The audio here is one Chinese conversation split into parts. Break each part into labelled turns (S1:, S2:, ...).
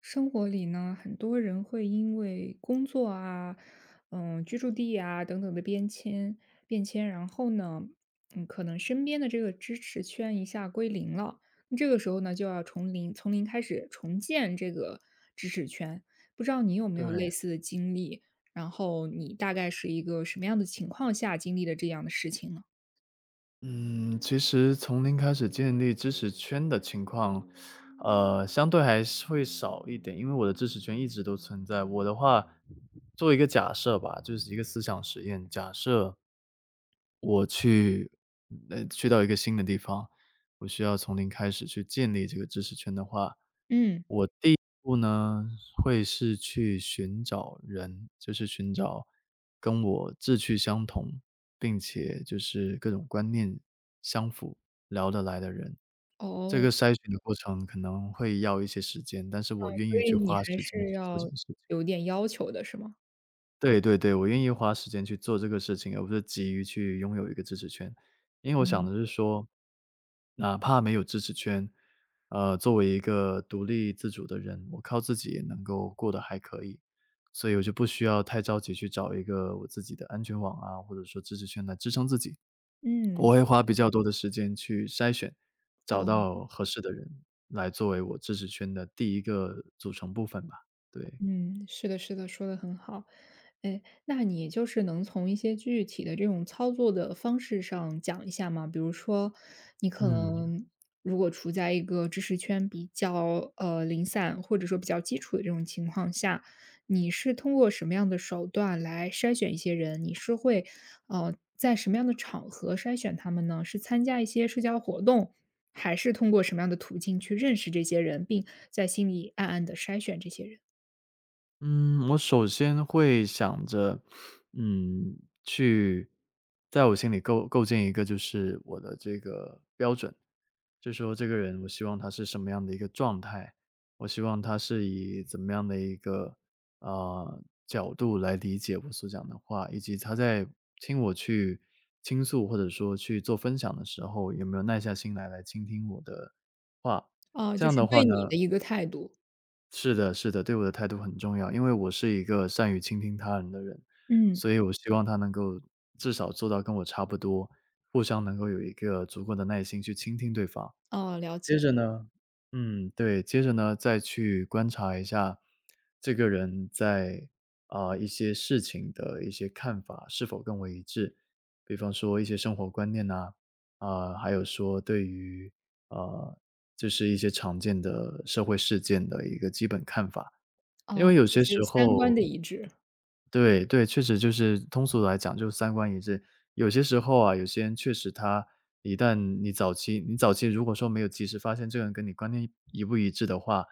S1: 生活里呢，很多人会因为工作啊，嗯，居住地啊等等的变迁，然后呢，嗯，可能身边的这个支持圈一下归零了，那这个时候呢，就要从零开始重建这个支持圈。不知道你有没有类
S2: 对。
S1: 似的经历？然后你大概是一个什么样的情况下经历了这样的事情呢？
S2: 嗯，其实从零开始建立知识圈的情况，相对还是会少一点，因为我的知识圈一直都存在。我的话，做一个假设吧，就是一个思想实验。假设我去到一个新的地方，我需要从零开始去建立这个知识圈的话
S1: 嗯，
S2: 不呢，会是去寻找人，就是寻找跟我志趣相同，并且就是各种观念相符、聊得来的人。这个
S1: 哦，
S2: 筛选的过程可能会要一些时间，但是我愿
S1: 所
S2: 意
S1: 以
S2: 去
S1: 你
S2: 花
S1: 还
S2: 时间
S1: 是
S2: 去做这
S1: 要
S2: 件事情。
S1: 有点要求的，是吗？
S2: 对对对，我愿意花时间去做这个事情，而不是急于去拥有一个支持圈。因为我想
S1: 嗯
S2: 的是说，哪怕没有支持圈，作为一个独立自主的人，我靠自己也能够过得还可以。所以我就不需要太着急去找一个我自己的安全网啊，或者说支持圈来支撑自己。
S1: 嗯，
S2: 我会花比较多的时间去筛选，找
S1: 哦。
S2: 到合适的人来作为我支持圈的第一个组成部分吧。对，
S1: 嗯，是的，是的，说的很好。哎，那你就是能从一些具体的这种操作的方式上讲一下吗？比如说，你可
S2: 嗯。
S1: 能如果处在一个知识圈比较零散，或者说比较基础的这种情况下，你是通过什么样的手段来筛选一些人？你是会在什么样的场合筛选他们呢？是参加一些社交活动，还是通过什么样的途径去认识这些人，并在心里暗暗的筛选这些人？
S2: 嗯，我首先会想着，嗯，去在我心里构建一个就是我的这个标准，就说这个人我希望他是什么样的一个状态，我希望他是以怎么样的一个角度来理解我所讲的话，以及他在听我去倾诉或者说去做分享的时候，有没有耐下心来倾听我的话。
S1: 哦，
S2: 这
S1: 就
S2: 样
S1: 是
S2: 的话
S1: 对
S2: 呢，
S1: 你的一个态度。
S2: 是的是的，对我的态度很重要，因为我是一个善于倾听他人的人，
S1: 嗯。
S2: 所以我希望他能够至少做到跟我差不多，互相能够有一个足够的耐心去倾听对方。
S1: 哦，了
S2: 接
S1: 解，
S2: 着呢嗯，对，接着呢，再去观察一下这个人在，一些事情的一些看法是否跟我一致。比方说一些生活观念呐，还有说对于，啊，就是一些常见的社会事件的一个基本看法。因
S1: 哦，
S2: 为有
S1: 就
S2: 些
S1: 是
S2: 时
S1: 三观
S2: 候
S1: 的一致。
S2: 对对，确实就是通俗来讲，就是三观一致。有些时候啊，有些人确实他一旦你早期如果说没有及时发现这个人跟你观念一不一致的话，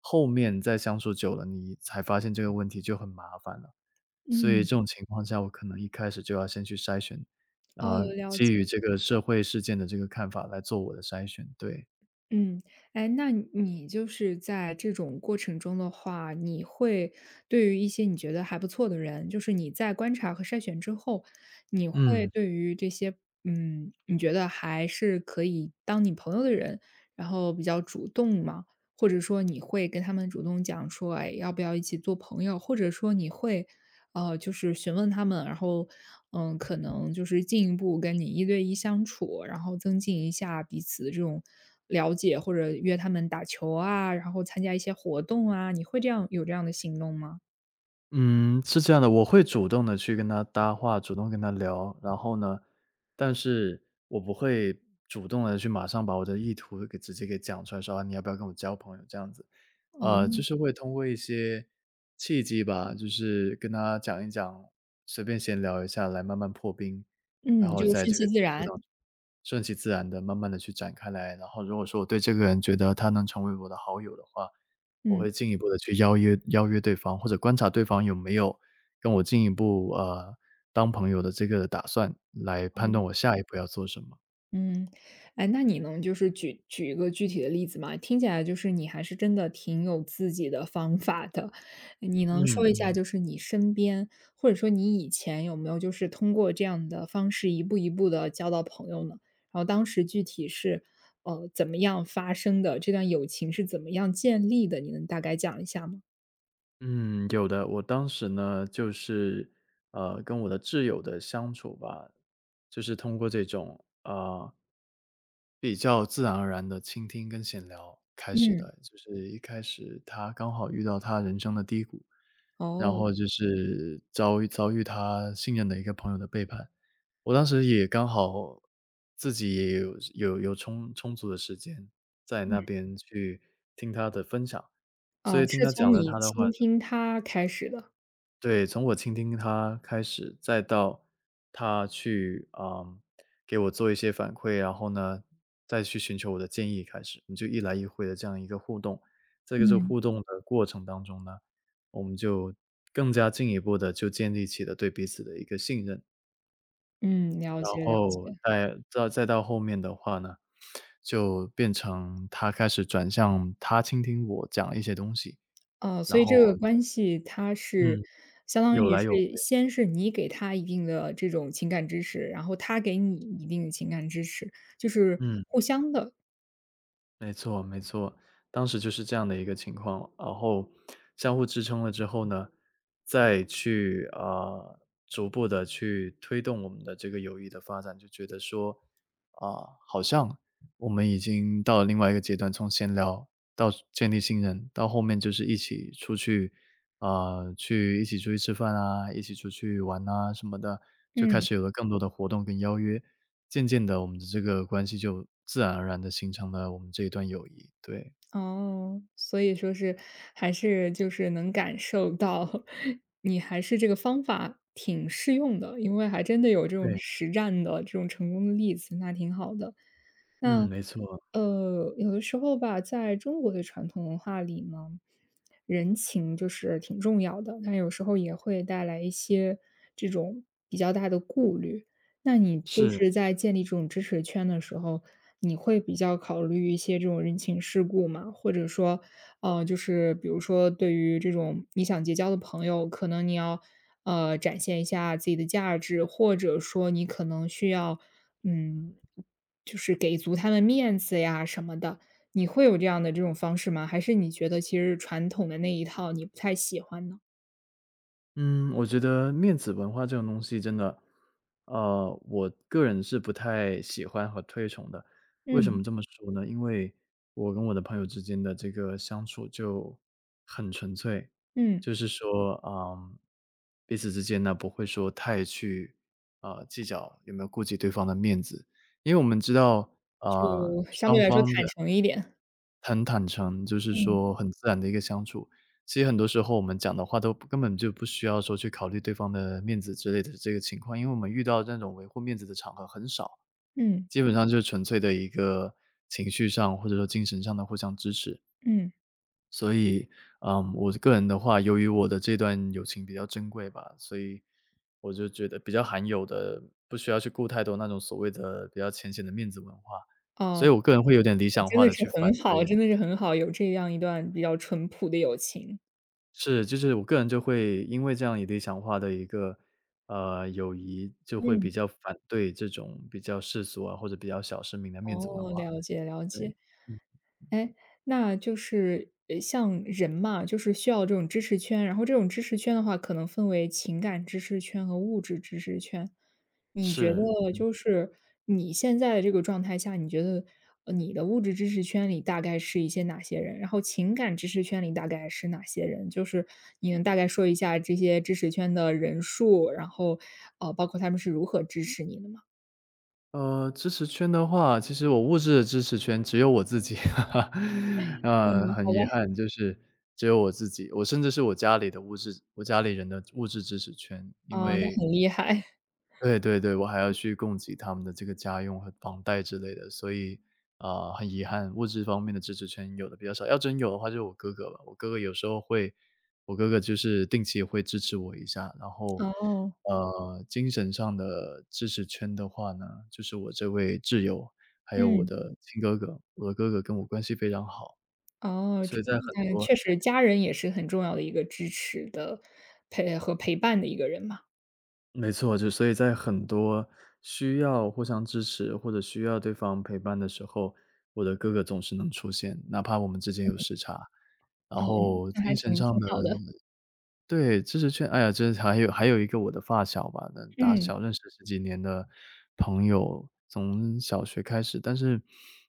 S2: 后面再相处久了，你才发现这个问题就很麻烦了。所以
S1: 嗯。
S2: 这种情况下，我可能一开始就要先去筛选，
S1: 哦，了
S2: 基
S1: 解，
S2: 于这个社会事件的这个看法来做我的筛选。对，
S1: 嗯。哎，那你就是在这种过程中的话，你会对于一些你觉得还不错的人，就是你在观察和筛选之后，你会
S2: 嗯。
S1: 对于这些，嗯，你觉得还是可以当你朋友的人，然后比较主动吗？或者说你会跟他们主动讲说，哎，要不要一起做朋友？或者说你会就是询问他们，然后，嗯，可能就是进一步跟你一对一相处，然后增进一下彼此的这种了解，或者约他们打球啊，然后参加一些活动啊，你会这样有这样的行动吗？
S2: 嗯，是这样的，我会主动的去跟他搭话，主动跟他聊，然后呢，但是我不会主动的去马上把我的意图给直接给讲出来说，啊，你要不要跟我交朋友这样子。
S1: 哦，
S2: 就是会通过一些契机吧，就是跟他讲一讲，随便闲聊一下来慢慢破冰，然
S1: 嗯，
S2: 后
S1: 就
S2: 在
S1: 顺
S2: 这个
S1: 其
S2: 接
S1: 自
S2: 触
S1: 然，
S2: 当中，顺其自然的慢慢的去展开来，然后如果说我对这个人觉得他能成为我的好友的话，我会
S1: 嗯，
S2: 进一步的去邀约邀约对方，或者观察对方有没有跟我进一步，当朋友的这个打算，来
S1: 哦
S2: 判断我下一步要做什么。
S1: 嗯，哎，那你能就是举一个具体的例子吗？听起来就是你还是真的挺有自己的方法的。哎你
S2: 嗯
S1: 能说一下，
S2: 嗯。
S1: 就是你身边，或者说你以前有没有就是通过这样的方式一步一步的交到朋友呢？然后当时具体是怎么样发生的？这段友情是怎么样建立的？你能大概讲一下吗？
S2: 嗯，有的。我当时呢，就是，跟我的挚友的相处吧，就是通过这种，比较自然而然的倾听跟闲聊开始
S1: 嗯，
S2: 的。就是一开始他刚好遇到他人生的低谷，然
S1: 哦，
S2: 后就是遭遇他信任的一个朋友的背叛。我当时也刚好自己也有充足的时间在
S1: 嗯，
S2: 那边去听他的分享，
S1: 啊，
S2: 所以听
S1: 是
S2: 他讲
S1: 从
S2: 了
S1: 你
S2: 他的话
S1: 倾
S2: 之
S1: 听他开始的。
S2: 对，从我倾听他开始，再到他去啊，嗯，给我做一些反馈，然后呢，再去寻求我的建议开始，我们就一来一回的这样一个互动。在这个是
S1: 嗯
S2: 互动的过程当中呢，我们就更加进一步的就建立起了对彼此的一个信任。
S1: 嗯，了
S2: 然
S1: 解了
S2: 后
S1: 解。
S2: 再到后面的话呢，就变成他开始转向他倾听我讲一些东西，
S1: 哦，所
S2: 然
S1: 以这个
S2: 后
S1: 关系它是
S2: 嗯，
S1: 相当
S2: 有
S1: 于
S2: 来有回，
S1: 是先是你给他一定的这种情感支持，然后他给你一定的情感支持，就是
S2: 嗯。
S1: 互相的。
S2: 没错，没错，当时就是这样的一个情况，然后相互支撑了之后呢，再去逐步的去推动我们的这个友谊的发展，就觉得说好像我们已经到了另外一个阶段，从闲聊到建立信任，到后面就是一起出去吃饭啊，一起出去玩啊什么的，就开
S1: 嗯，
S2: 始有了更多的活动跟邀约。渐渐的，我们的这个关系就自然而然的形成了我们这一段友谊，对。
S1: 哦，所以说是还是就是能感受到 你还是这个方法挺适用的，因为还真的有这种
S2: 对，
S1: 实战的这种成功的例子，那挺好的。
S2: 嗯，
S1: 那
S2: 没错，
S1: 有的时候吧，在中国的传统文化里呢，人情就是挺重要的，但有时候也会带来一些这种比较大的顾虑。那你就
S2: 是。
S1: 是在建立这种支持圈的时候，你会比较考虑一些这种人情世故嘛？或者说，就是比如说对于这种你想结交的朋友，可能你要展现一下自己的价值，或者说你可能需要嗯。就是给足他们面子呀什么的，你会有这样的这种方式吗？还是你觉得其实传统的那一套你不太喜欢呢？
S2: 嗯，我觉得面子文化这种东西真的，我个人是不太喜欢和推崇的。为什
S1: 嗯，
S2: 么这么说呢？因为我跟我的朋友之间的这个相处就很纯粹，
S1: 嗯。
S2: 就是说，彼此之间呢不会说太去计较有没有顾及对方的面子，因为我们知道，
S1: 就相对
S2: 双
S1: 来说
S2: 方的
S1: 坦诚一点。
S2: 很坦诚，就是
S1: 嗯，
S2: 说很自然的一个相处。其实很多时候我们讲的话都根本就不需要说去考虑对方的面子之类的这个情况，因为我们遇到那种维护面子的场合很少，
S1: 嗯，
S2: 基本上就是纯粹的一个情绪上或者说精神上的互相支持。
S1: 嗯。
S2: 所以，我个人的话，由于我的这段友情比较珍贵吧，所以我就觉得比较罕有的，不需要去顾太多那种所谓的比较浅显的面子文化，所
S1: 哦，
S2: 以我个人会有点理想
S1: 真
S2: 化
S1: 的
S2: 的
S1: 是
S2: 去反
S1: 很好
S2: 对
S1: 真的是很好，有这样一段比较淳朴的友情。
S2: 是，就是我个人就会因为这样以理想化的一个，友谊，就会比
S1: 嗯。
S2: 较反对这种比较世俗啊，或者比较小市民的面子文
S1: 哦，
S2: 化。
S1: 了解了
S2: 对，
S1: 解。
S2: 嗯，
S1: 哎，那就是像人嘛，就是需要这种支持圈，然后这种支持圈的话，可能分为情感支持圈和物质支持圈。你觉
S2: 是。
S1: 得就是你现在的这个状态下，你觉得你的物质支持圈里大概是一些哪些人？然后情感支持圈里大概是哪些人？就是你能大概说一下这些支持圈的人数，然后包括他们是如何支持你的吗？
S2: 支持圈的话，其实我物质的支持圈只有我自己，哈哈，
S1: 嗯，
S2: 很
S1: 好
S2: 遗
S1: 吧，
S2: 憾，就是只有我自己，我甚至是我家里人的物质支持圈，因
S1: 啊、那
S2: 为
S1: 很厉害
S2: 对对对，我还要去供给他们的这个家用和房贷之类的，所以，很遗憾，物质方面的支持圈有的比较少。要真有的话就是我哥哥吧，我哥哥就是定期会支持我一下。然后，
S1: 哦，
S2: 精神上的支持圈的话呢，就是我这位挚友，还有我
S1: 嗯。
S2: 的亲哥哥，我的哥哥跟我关系非常好，
S1: 哦，
S2: 所
S1: 这
S2: 以在很多
S1: 确实家人也是很重要的一个支持的陪和陪伴的一个人嘛。
S2: 没错，就所以在很多需要互相支持或者需要对方陪伴的时候，我的哥哥总是能出现，哪怕我们之间有时差。然
S1: 哦，
S2: 后
S1: 那还
S2: 精神
S1: 挺
S2: 上
S1: 挺
S2: 的
S1: 好的。
S2: 对，知识圈，哎呀，这还有还有一个我的发小吧，那打
S1: 嗯，
S2: 小认识十几年的朋友，从小学开始，但是，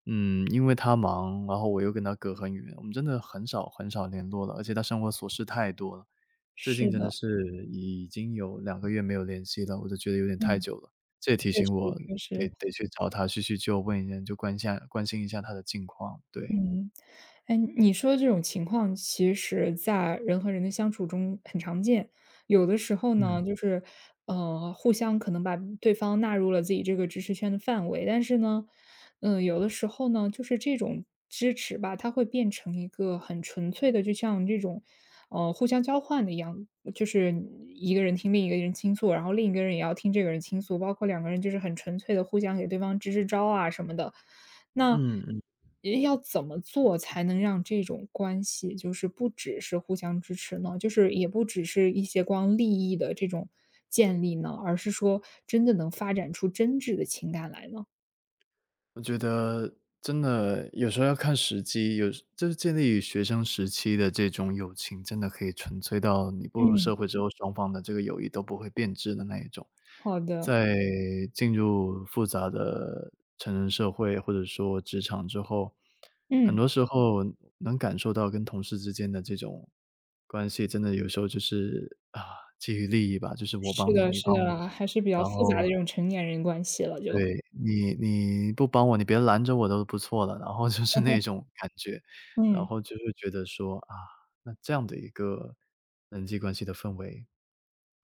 S2: 因为他忙，然后我又跟他隔很远，我们真的很少很少联络了，而且他生活琐事太多了，最近
S1: 是
S2: 真的
S1: 的，
S2: 是已经有2个月没有联系了，我就觉得有点太
S1: 嗯，
S2: 久了，这也提
S1: 确
S2: 醒我
S1: 实确
S2: 得
S1: 实，
S2: 得去找他叙叙旧，问一下，就关心关心一下他的近况，对，
S1: 嗯。哎，你说的这种情况，其实在人和人的相处中很常见。有的时候呢，
S2: 嗯。
S1: 就是，互相可能把对方纳入了自己这个支持圈的范围，但是呢，嗯，有的时候呢，就是这种支持吧，它会变成一个很纯粹的，就像这种，互相交换的一样，就是一个人听另一个人倾诉，然后另一个人也要听这个人倾诉，包括两个人就是很纯粹的互相给对方支支招啊什么的。那
S2: 嗯嗯。
S1: 也要怎么做才能让这种关系，就是不只是互相支持呢？就是也不只是一些光利益的这种建立呢，而是说真的能发展出真挚的情感来呢？
S2: 我觉得真的有时候要看时机，有时就是建立于学生时期的这种友情，真的可以纯粹到你步入
S1: 嗯，
S2: 社会之后，双方的这个友谊都不会变质的那一种。
S1: 好的，
S2: 在进入复杂的成人社会或者说职场之后，很
S1: 嗯，
S2: 多时候能感受到跟同事之间的这种关系，真的有时候就是啊，基于利益吧，就是我帮
S1: 是
S2: 你，
S1: 的，
S2: 你
S1: 是
S2: 帮我，
S1: 的，还是比较
S2: 然
S1: 复杂
S2: 后
S1: 的这种成年人关系了就。
S2: 对，你不帮我，你别拦着我都不错了，然后就是那种感觉。然
S1: 嗯，
S2: 后就会觉得说，啊，那这样的一个人际关系的氛围，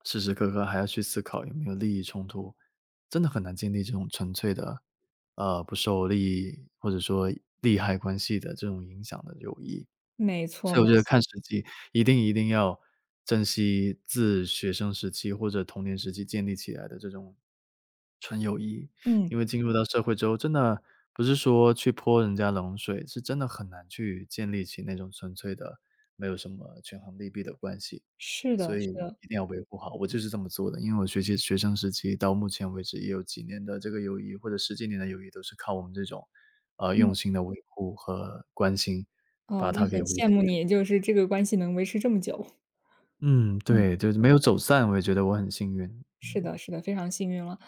S2: 时时刻刻还要去思考有没有利益冲突，真的很难建立这种纯粹的，不受利益或者说利害关系的这种影响的友谊。
S1: 没错，
S2: 所以
S1: 没
S2: 我觉得看
S1: 错，
S2: 时机，一定一定要珍惜自学生时期或者童年时期建立起来的这种，
S1: 嗯，
S2: 因为进入到社会之后，真的不是说去泼人家冷水，是真的很难去建立起那种纯粹的、没有什么权衡利弊的关系。
S1: 是的，
S2: 所以
S1: 是的，
S2: 一定要维护好，我就是这么做的。因为我学习学生时期到目前为止也有几年的这个友谊，或者十几年的友谊，都是靠我们这种，
S1: 嗯，
S2: 用心的维护和关心，把
S1: 哦，那
S2: 它
S1: 很
S2: 给维
S1: 羡
S2: 系
S1: 慕
S2: 住。
S1: 你，就是这个关系能维持这么久。
S2: 嗯，
S1: 嗯，
S2: 对，就是没有走散，我也觉得我很幸运。
S1: 是的，是的，非常幸运了。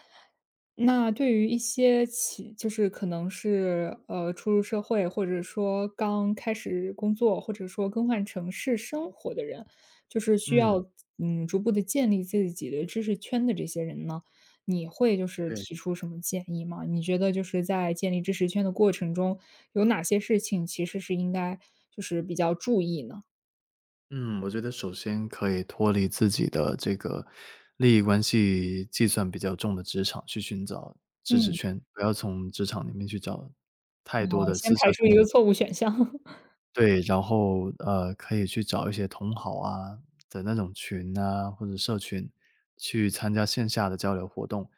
S1: 那对于一些起就是可能是，初入社会，或者说刚开始工作，或者说更换城市生活的人，就是需
S2: 嗯，
S1: 要，嗯，逐步的建立自己的知识圈的这些人呢，你会就是
S2: 对。
S1: 提出什么建议吗？你觉得就是在建立知识圈的过程中，有哪些事情其实是应该就是比较注意呢？
S2: 嗯，我觉得首先可以脱离自己的这个利益关系计算比较重的职场，去寻找知识
S1: 嗯，
S2: 圈，不要从职场里面去找
S1: 哦，
S2: 太多的
S1: 先
S2: 私下
S1: 排除
S2: 生
S1: 一
S2: 活的。
S1: 个错误选项。
S2: 对，然后，可以去找一些同好啊的那种群啊，或者社群，去参加线下的交流活动。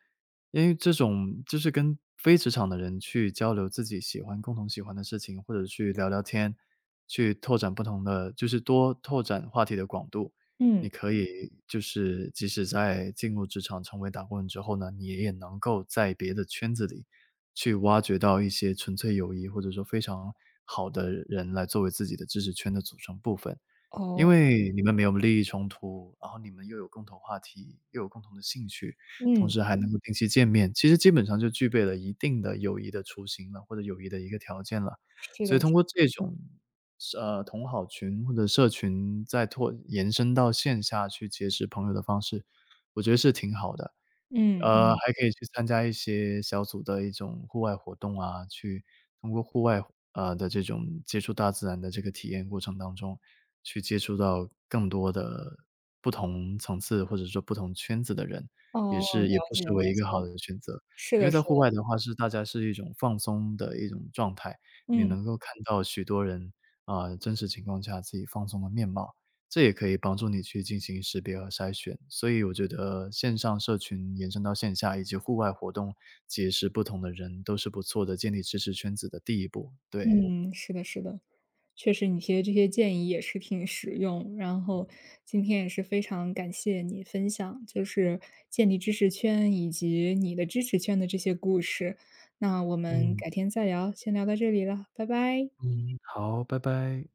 S2: 因为这种就是跟非职场的人去交流自己喜欢共同喜欢的事情，或者去聊聊天，去拓展不同的，就是多拓展话题的广度。你
S1: 嗯，
S2: 可以就是即使在进入职场成为打工人之后呢，你也能够在别的圈子里去挖掘到一些纯粹友谊，或者说非常好的人来作为自己的知识圈的组成部分。
S1: 哦，
S2: 因为你们没有利益冲突，然后你们又有共同话题，又有共同的兴趣，同
S1: 嗯，
S2: 时还能够定期见面，其实基本上就具备了一定的友谊的雏形了，或者友谊的一个条件了。
S1: 是的，
S2: 所以通
S1: 是
S2: 过这种，同好群或者社群再拓延伸到线下去结识朋友的方式，我觉得是挺好的。
S1: 的嗯，嗯，
S2: 还可以去参加一些小组的一种户外活动啊，去通过户外啊的这种接触大自然的这个体验过程当中，去接触到更多的不同层次或者说不同圈子的人，也
S1: 哦，
S2: 是
S1: 了
S2: 也不
S1: 解。
S2: 失为一个好的选择。
S1: 是
S2: 因为
S1: 的，是
S2: 在户
S1: 的，
S2: 外的话是大家是一种放松的一种状态，你
S1: 嗯
S2: 能够看到许多人啊，真实情况下自己放松的面貌。这也可以帮助你去进行识别和筛选。所以我觉得线上社群延伸到线下以及户外活动，结识不同的人都是不错的建立知识圈子的第一步。对。
S1: 嗯，是的，是的，确实你提的这些建议也是挺实用。然后今天也是非常感谢你分享，就是建立知识圈以及你的支持圈的这些故事。那我们
S2: 嗯
S1: 改天再聊，先聊到这里了，拜拜。
S2: 嗯。好，拜拜。